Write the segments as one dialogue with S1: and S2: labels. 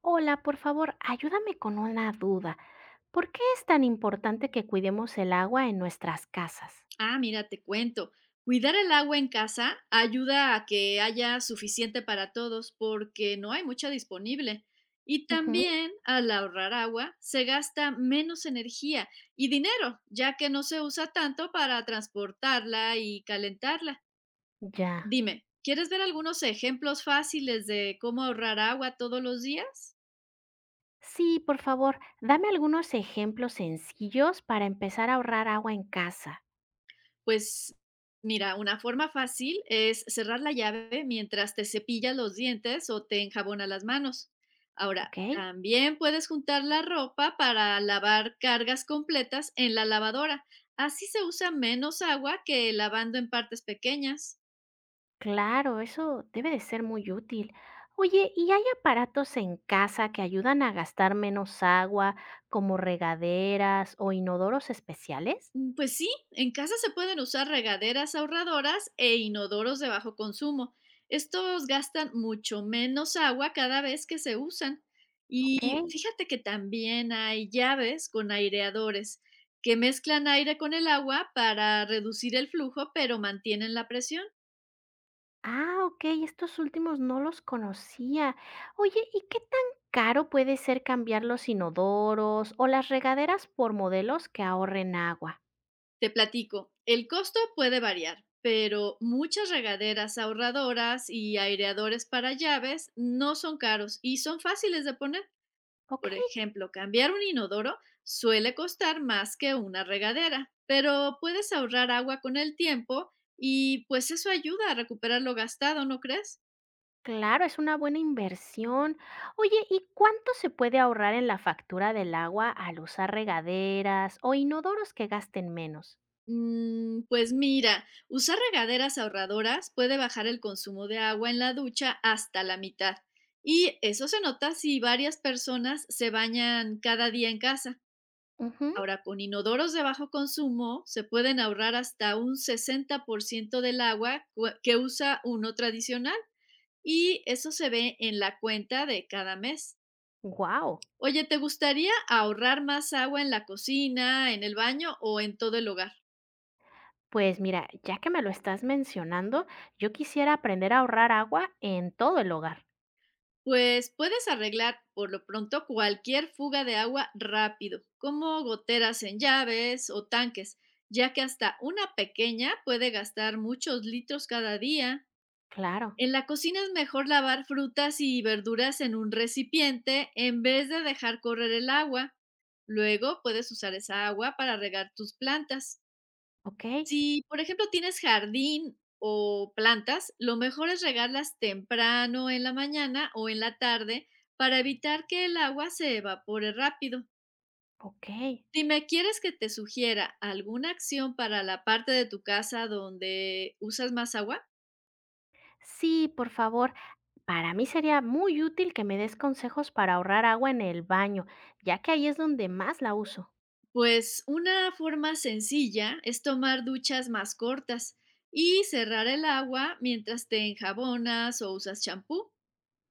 S1: Hola, por favor, ayúdame con una duda. ¿Por qué es tan importante que cuidemos el agua en nuestras casas?
S2: Ah, mira, te cuento. Cuidar el agua en casa ayuda a que haya suficiente para todos porque no hay mucha disponible. Y
S1: Ujú.
S2: también al ahorrar agua se gasta menos energía y dinero, ya que no se usa tanto para transportarla y calentarla.
S1: Ya.
S2: Dime, ¿quieres ver algunos ejemplos fáciles de cómo ahorrar agua todos los días?
S1: Sí, por favor, dame algunos ejemplos sencillos para empezar a ahorrar agua en casa,
S2: Pues mira, una forma fácil es cerrar la llave mientras te cepillas los dientes o te enjabonas las manos. Ahora,
S1: ¿ok?
S2: también puedes juntar la ropa para lavar cargas completas en la lavadora. Así se usa menos agua que lavando en partes pequeñas.
S1: Claro, eso debe de ser muy útil. Oye, ¿y hay aparatos en casa que ayudan a gastar menos agua, como regaderas o inodoros especiales?
S2: Pues sí, en casa se pueden usar regaderas ahorradoras e inodoros de bajo consumo. Estos gastan mucho menos agua cada vez que se usan.
S1: Ok.
S2: Y fíjate que también hay llaves con aireadores que mezclan aire con el agua para reducir el flujo, pero mantienen la presión.
S1: Ah, okey, estos últimos no los conocía. Oye, ¿y qué tan caro puede ser cambiar los inodoros o las regaderas por modelos que ahorren agua?
S2: Te platico, el costo puede variar, pero muchas regaderas ahorradoras y aireadores para llaves no son caros y son fáciles de poner. Por
S1: Okey,
S2: ejemplo, cambiar un inodoro suele costar más que una regadera, pero puedes ahorrar agua con el tiempo y pues eso ayuda a recuperar lo gastado, ¿no crees?
S1: claro, es una buena inversión. Oye, ¿y cuánto se puede ahorrar en la factura del agua al usar regaderas o inodoros que gasten menos?
S2: Pues mira, usar regaderas ahorradoras puede bajar el consumo de agua en la ducha hasta la mitad. Y eso se nota si varias personas se bañan cada día en casa.
S1: Ujú,
S2: Ahora, con inodoros de bajo consumo se pueden ahorrar hasta un 60% del agua que usa uno tradicional y eso se ve en la cuenta de cada mes.
S1: guau.
S2: Oye, ¿te gustaría ahorrar más agua en la cocina, en el baño o en todo el hogar?
S1: Pues mira, ya que me lo estás mencionando, yo quisiera aprender a ahorrar agua en todo el hogar.
S2: Pues puedes arreglar por lo pronto cualquier fuga de agua rápido, como goteras en llaves o tanques, ya que hasta una pequeña puede gastar muchos litros cada día.
S1: Claro,
S2: En la cocina es mejor lavar frutas y verduras en un recipiente en vez de dejar correr el agua. Luego puedes usar esa agua para regar tus plantas.
S1: okey,
S2: Si, por ejemplo, tienes jardín o plantas, lo mejor es regarlas temprano en la mañana o en la tarde para evitar que el agua se evapore rápido.
S1: okey.
S2: Dime, ¿quieres que te sugiera alguna acción para la parte de tu casa donde usas más agua?
S1: Sí, por favor. Para mí sería muy útil que me des consejos para ahorrar agua en el baño, ya que ahí es donde más la uso.
S2: Pues una forma sencilla es tomar duchas más cortas y cerrar el agua mientras te enjabonas o usas champú.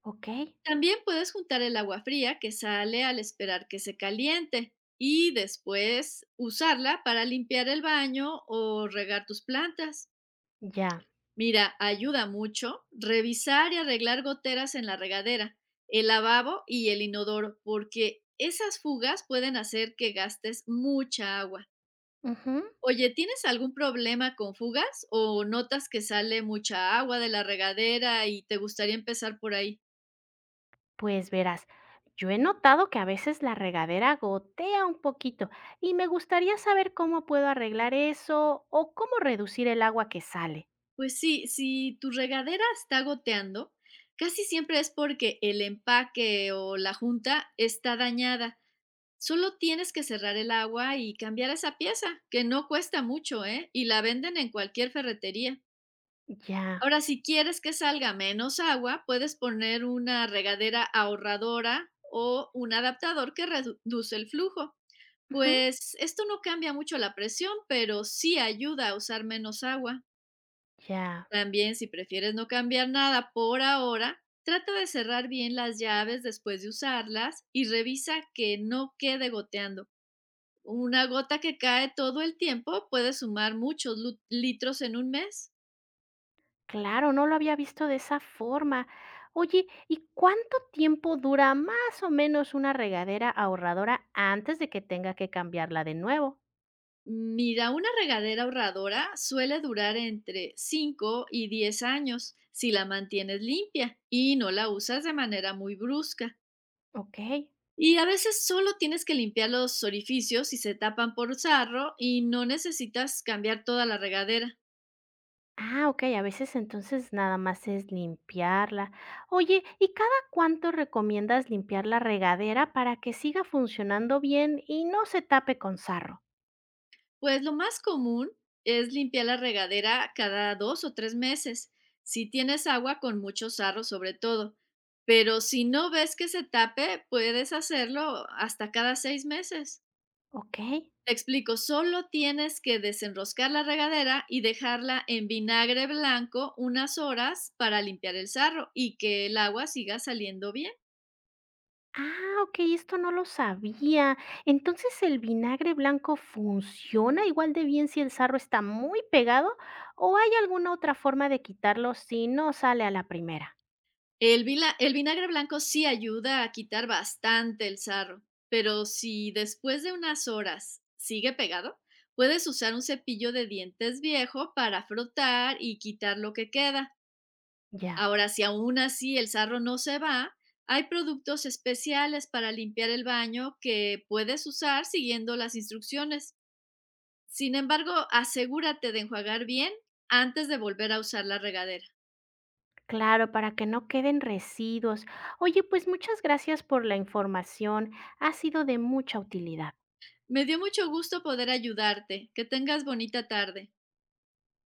S1: Ok,
S2: También puedes juntar el agua fría que sale al esperar que se caliente y después usarla para limpiar el baño o regar tus plantas.
S1: ya.
S2: Mira, ayuda mucho revisar y arreglar goteras en la regadera, el lavabo y el inodoro, porque esas fugas pueden hacer que gastes mucha agua.
S1: Ujú.
S2: Oye, ¿tienes algún problema con fugas o notas que sale mucha agua de la regadera y te gustaría empezar por ahí?
S1: Pues verás, yo he notado que a veces la regadera gotea un poquito y me gustaría saber cómo puedo arreglar eso o cómo reducir el agua que sale.
S2: Pues sí, si tu regadera está goteando, casi siempre es porque el empaque o la junta está dañada. Solo tienes que cerrar el agua y cambiar esa pieza, que no cuesta mucho, ¿eh? Y la venden en cualquier ferretería.
S1: Ya.
S2: Ahora, si quieres que salga menos agua, puedes poner una regadera ahorradora o un adaptador que reduce el flujo.
S1: Ujú,
S2: Pues, esto no cambia mucho la presión, pero sí ayuda a usar menos agua.
S1: ya.
S2: También, si prefieres no cambiar nada por ahora, trata de cerrar bien las llaves después de usarlas y revisa que no quede goteando. Una gota que cae todo el tiempo puede sumar muchos litros en un mes.
S1: Claro, no lo había visto de esa forma. Oye, ¿y cuánto tiempo dura más o menos una regadera ahorradora antes de que tenga que cambiarla de nuevo?
S2: Mira, una regadera ahorradora suele durar entre 5 y 10 años si la mantienes limpia y no la usas de manera muy brusca.
S1: Ok.
S2: Y a veces solo tienes que limpiar los orificios si se tapan por sarro y no necesitas cambiar toda la regadera.
S1: Ah, ok, a veces entonces nada más es limpiarla. Oye, ¿y cada cuánto recomiendas limpiar la regadera para que siga funcionando bien y no se tape con sarro?
S2: Pues lo más común es limpiar la regadera cada 2 o 3 meses, si tienes agua con mucho sarro sobre todo. Pero si no ves que se tape, puedes hacerlo hasta cada 6 meses.
S1: Ok.
S2: Te explico, solo tienes que desenroscar la regadera y dejarla en vinagre blanco unas horas para limpiar el sarro y que el agua siga saliendo bien.
S1: Ah, okey, esto no lo sabía. Entonces, ¿el vinagre blanco funciona igual de bien si el sarro está muy pegado, o hay alguna otra forma de quitarlo si no sale a la primera?
S2: El vinagre blanco sí ayuda a quitar bastante el sarro, pero si después de unas horas sigue pegado, puedes usar un cepillo de dientes viejo para frotar y quitar lo que queda.
S1: Ya,
S2: Ahora, si aún así el sarro no se va, hay productos especiales para limpiar el baño que puedes usar siguiendo las instrucciones. Sin embargo, asegúrate de enjuagar bien antes de volver a usar la regadera.
S1: claro, para que no queden residuos. Oye, pues muchas gracias por la información, ha sido de mucha utilidad.
S2: Me dio mucho gusto poder ayudarte. Que tengas bonita tarde.